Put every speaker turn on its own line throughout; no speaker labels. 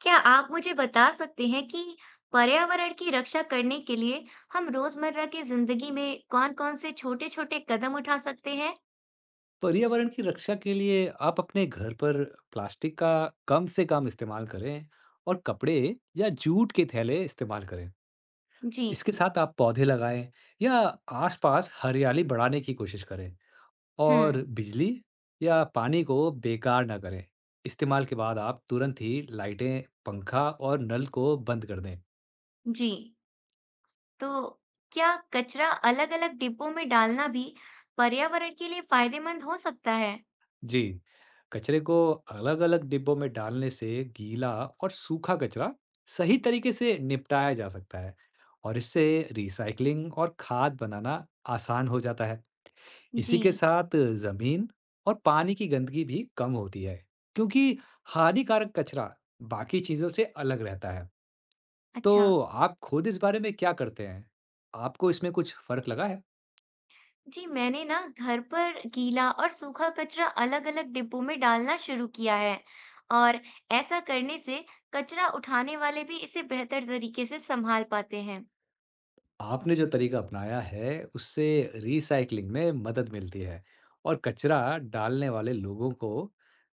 क्या आप मुझे बता सकते हैं कि पर्यावरण की रक्षा करने के लिए हम रोजमर्रा की जिंदगी में कौन-कौन से छोटे-छोटे कदम उठा सकते हैं?
पर्यावरण की रक्षा के लिए आप अपने घर पर प्लास्टिक का कम से कम इस्तेमाल करें और कपड़े या जूट के थैले इस्तेमाल करें।
जी,
इसके साथ आप पौधे लगाएं या आसपास हरियाली बढ़ाने की कोशिश करें
हम्म,
और बिजली या पानी को बेकार ना करें। इस्तेमाल के बाद आप तुरंत ही लाइटें, पंखा और नल को बंद कर दें।
जी। तो क्या कचरा अलग-अलग डिब्बों में डालना भी पर्यावरण के लिए फायदेमंद हो सकता है?
जी, कचरे को अलग-अलग डिब्बों में डालने से गीला और सूखा कचरा सही तरीके से निपटाया जा सकता है और इससे रिसाइकलिंग और खाद बनाना आसान हो जाता है। इसी के
जी,
साथ जमीन और पानी की गंदगी भी कम होती है, क्योंकि हानिकारक कचरा बाकी चीजों से अलग रहता है।
अच्छा।
तो आप खुद इस बारे में क्या करते हैं? आपको इसमें कुछ फर्क लगा है?
जी, मैंने ना घर पर गीला और सूखा कचरा अलग-अलग डिब्बों में डालना शुरू किया है और ऐसा करने से कचरा उठाने वाले भी इसे बेहतर तरीके से संभाल पाते हैं।
आपने जो तरीका अपनाया है, उससे रीसाइक्लिंग में मदद मिलती है और कचरा डालने वाले लोगों को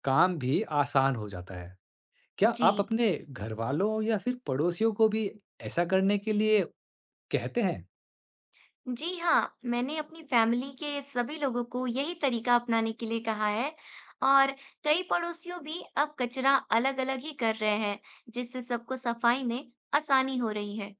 काम भी आसान हो जाता है। क्या
जी,
आप अपने घरवालों या फिर पड़ोसियों को भी ऐसा करने के लिए कहते हैं?
जी हाँ, मैंने अपनी फैमिली के सभी लोगों को यही तरीका अपनाने के लिए कहा है और कई पड़ोसियों भी अब कचरा अलग-अलग ही कर रहे हैं, जिससे सबको सफाई में आसानी हो रही है।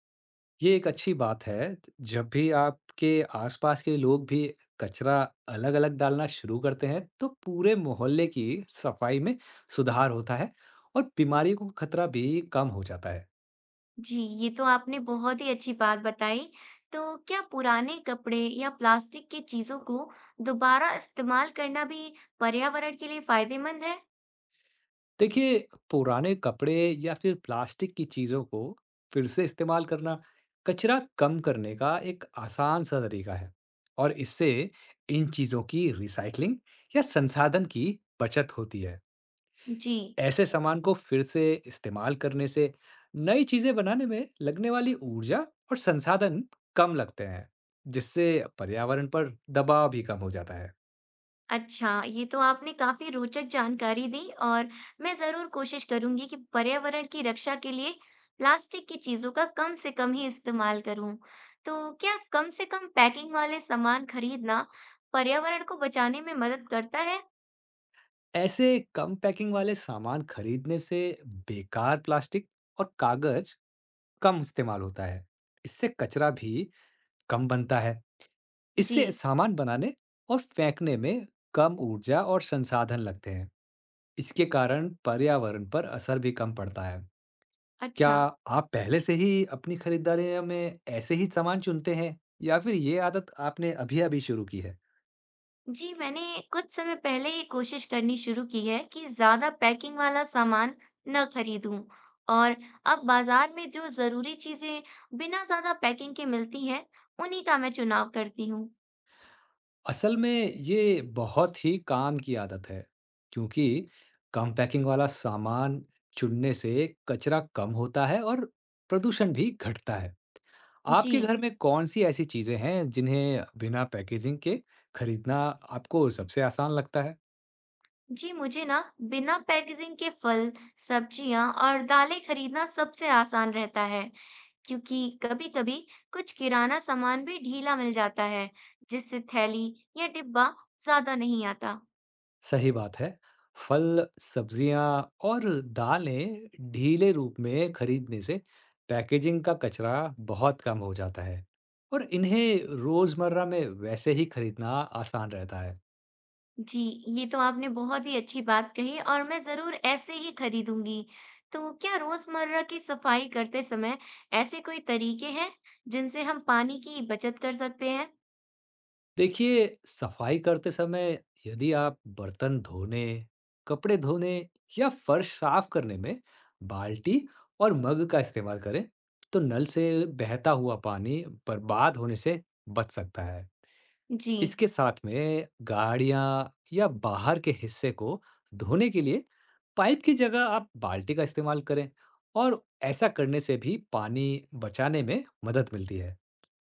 ये एक अच्छी बात है। जब भी आपके आसपास के लोग भी कचरा अलग-अलग डालना शुरू करते हैं, तो पूरे मोहल्ले की सफाई में सुधार होता है और बीमारियों का खतरा भी कम हो जाता है।
जी, ये तो आपने बहुत ही अच्छी बात बताई। क्या पुराने कपड़े या प्लास्टिक की चीज़ों को दोबारा इस्तेमाल करना भी पर्यावरण के लिए फायदेमंद है?
देखिए, पुराने कपड़े या फिर प्लास्टिक की चीज़ों को फिर से इस्तेमाल करना कचरा कम करने का एक आसान सा तरीका है और इससे इन चीज़ों की रिसाइकलिंग या संसाधन की बचत होती है।
जी,
ऐसे सामान को फिर से इस्तेमाल करने से नई चीज़ें बनाने में लगने वाली ऊर्जा और संसाधन कम लगते हैं, जिससे पर्यावरण पर दबाव भी कम हो जाता है।
अच्छा, ये तो आपने काफ़ी रोचक जानकारी दी और मैं ज़रूर कोशिश करूँगी कि पर्यावरण की रक्षा के लिए प्लास्टिक की चीज़ों का कम से कम ही इस्तेमाल करूँ। क्या कम से कम पैकिंग वाले सामान खरीदना पर्यावरण को बचाने में मदद करता है?
ऐसे कम पैकिंग वाले सामान खरीदने से बेकार प्लास्टिक और कागज कम इस्तेमाल होता है। इससे कचरा भी कम बनता है।
जी,
इससे सामान बनाने और फेंकने में कम ऊर्जा और संसाधन लगते हैं। इसके कारण पर्यावरण पर असर भी कम पड़ता है। क्या
अच्छा।
आप पहले से ही अपनी खरीदारी में ऐसे ही सामान चुनते हैं या फिर ये आदत आपने अभी-अभी शुरू की है?
जी, मैंने कुछ समय पहले ही कोशिश करनी शुरू की है कि ज़्यादा पैकिंग वाला सामान न खरीदूं और अब बाजार में जो ज़रूरी चीज़ें बिना ज़्यादा पैकिंग के मिलती हैं, उन्हीं का मैं चुनाव करती हूँ।
असल में ये बहुत ही काम की आदत है, क्योंकि कम पैकिंग वाला सामान चुनने से कचरा कम होता है और प्रदूषण भी घटता है।
जी,
आपके घर में कौन-सी ऐसी चीज़ें हैं जिन्हें बिना पैकेजिंग के खरीदना आपको सबसे आसान लगता है?
जी मुझे ना बिना पैकेजिंग के फल, सब्जियाँ और दालें खरीदना सबसे आसान रहता है, क्योंकि कभी-कभी कुछ किराना सामान भी ढीला मिल जाता है, जिससे थैली या डिब्बा ज़्यादा नहीं आता।
सही बात है। फल, सब्जियां और दालें ढीले रूप में खरीदने से पैकेजिंग का कचरा बहुत कम हो जाता है और इन्हें रोजमर्रा में वैसे ही खरीदना आसान रहता है।
जी, ये तो आपने बहुत ही अच्छी बात कही और मैं ज़रूर ऐसे ही खरीदूँगी। क्या रोज़मर्रा की सफाई करते समय ऐसे कोई तरीके हैं जिनसे हम पानी की बचत कर सकते हैं?
देखिए, सफाई करते समय यदि आप बर्तन धोने, कपड़े धोने या फर्श साफ करने में बाल्टी और मग का इस्तेमाल करें, तो नल से बहता हुआ पानी बर्बाद होने से बच सकता है।
जी,
इसके साथ में गाड़ियाँ या बाहर के हिस्से को धोने के लिए पाइप की जगह आप बाल्टी का इस्तेमाल करें और ऐसा करने से भी पानी बचाने में मदद मिलती है।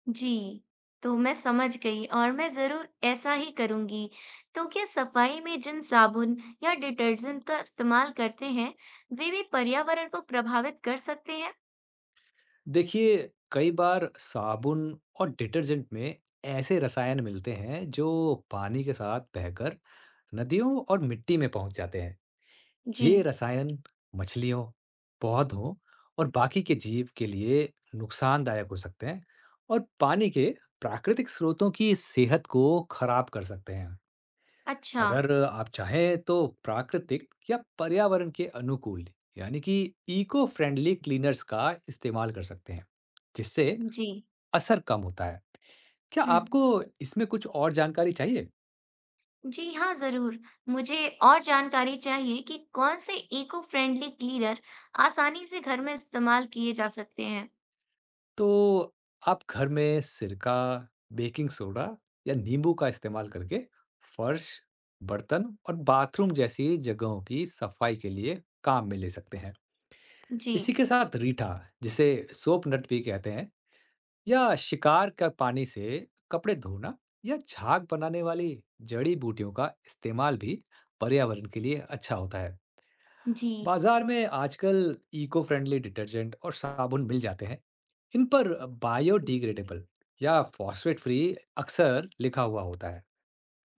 जी। मैं समझ गई और मैं ज़रूर ऐसा ही करूँगी। क्या सफाई में जिन साबुन या डिटर्जेंट का इस्तेमाल करते हैं, वे भी पर्यावरण को प्रभावित कर सकते हैं?
देखिए, कई बार साबुन और डिटर्जेंट में ऐसे रसायन मिलते हैं जो पानी के साथ बहकर नदियों और मिट्टी में पहुंच जाते हैं।
जी,
ये रसायन मछलियों, पौधों और बाकी के जीव के लिए नुकसानदायक हो सकते हैं और पानी के प्राकृतिक स्रोतों की सेहत को खराब कर सकते हैं।
अच्छा।
अगर आप चाहें तो प्राकृतिक या पर्यावरण के अनुकूल, यानी कि इको फ्रेंडली क्लीनर्स का इस्तेमाल कर सकते हैं, जिससे
जी,
असर कम होता है। क्या
हुँ।
आपको इसमें कुछ और जानकारी चाहिए?
जी हाँ, ज़रूर। मुझे और जानकारी चाहिए कि कौन से इको फ्रेंडली क्लीनर आसानी से घर में इस्तेमाल किए जा सकते हैं।
तो आप घर में सिरका, बेकिंग सोडा या नींबू का इस्तेमाल करके फर्श, बर्तन और बाथरूम जैसी जगहों की सफाई के लिए काम में ले सकते हैं। इसी
जी,
के साथ रीठा, जिसे सोप नट भी कहते हैं, या शिकार का पानी से कपड़े धोना या झाग बनाने वाली जड़ी बूटियों का इस्तेमाल भी पर्यावरण के लिए अच्छा होता है।
जी,
बाजार में आजकल इको फ्रेंडली डिटर्जेंट और साबुन मिल जाते हैं। इन पर बायोडिग्रेडेबल या फॉस्फेट फ्री अक्सर लिखा हुआ होता है।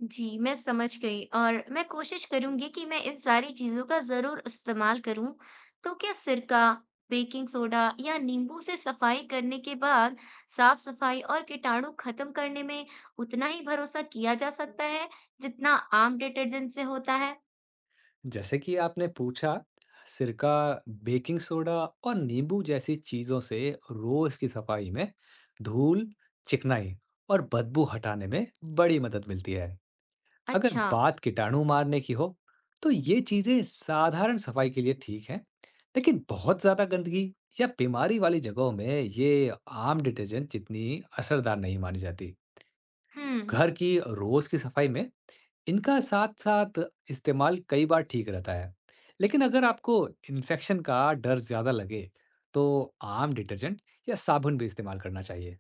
जी, मैं समझ गई और मैं कोशिश करूँगी कि मैं इन सारी चीज़ों का ज़रूर इस्तेमाल करूँ। क्या सिरका, बेकिंग सोडा या नींबू से सफाई करने के बाद साफ-सफाई और कीटाणु खत्म करने में उतना ही भरोसा किया जा सकता है, जितना आम डिटर्जेंट से होता है?
जैसे कि आपने पूछा, सिरका, बेकिंग सोडा और नींबू जैसी चीज़ों से रोज़ की सफाई में धूल, चिकनाई और बदबू हटाने में बड़ी मदद मिलती है। अगर
अच्छा,
बात कीटाणु मारने की हो, तो ये चीजें साधारण सफाई के लिए ठीक हैं, लेकिन बहुत ज्यादा गंदगी या बीमारी वाली जगहों में ये आम डिटर्जेंट जितनी असरदार नहीं मानी जाती।
हुँ।
घर की रोज की सफाई में इनका साथ-साथ इस्तेमाल कई बार ठीक रहता है, लेकिन अगर आपको इन्फेक्शन का डर ज्यादा लगे, तो आम डिटर्जेंट या साबुन भी इस्तेमाल करना चाहिए।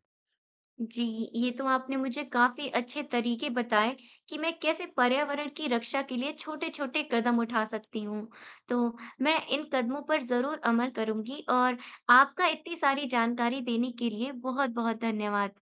जी, ये तो आपने मुझे काफ़ी अच्छे तरीके बताए कि मैं कैसे पर्यावरण की रक्षा के लिए छोटे-छोटे कदम उठा सकती हूँ। तो मैं इन कदमों पर ज़रूर अमल करूँगी और आपका इतनी सारी जानकारी देने के लिए बहुत-बहुत धन्यवाद।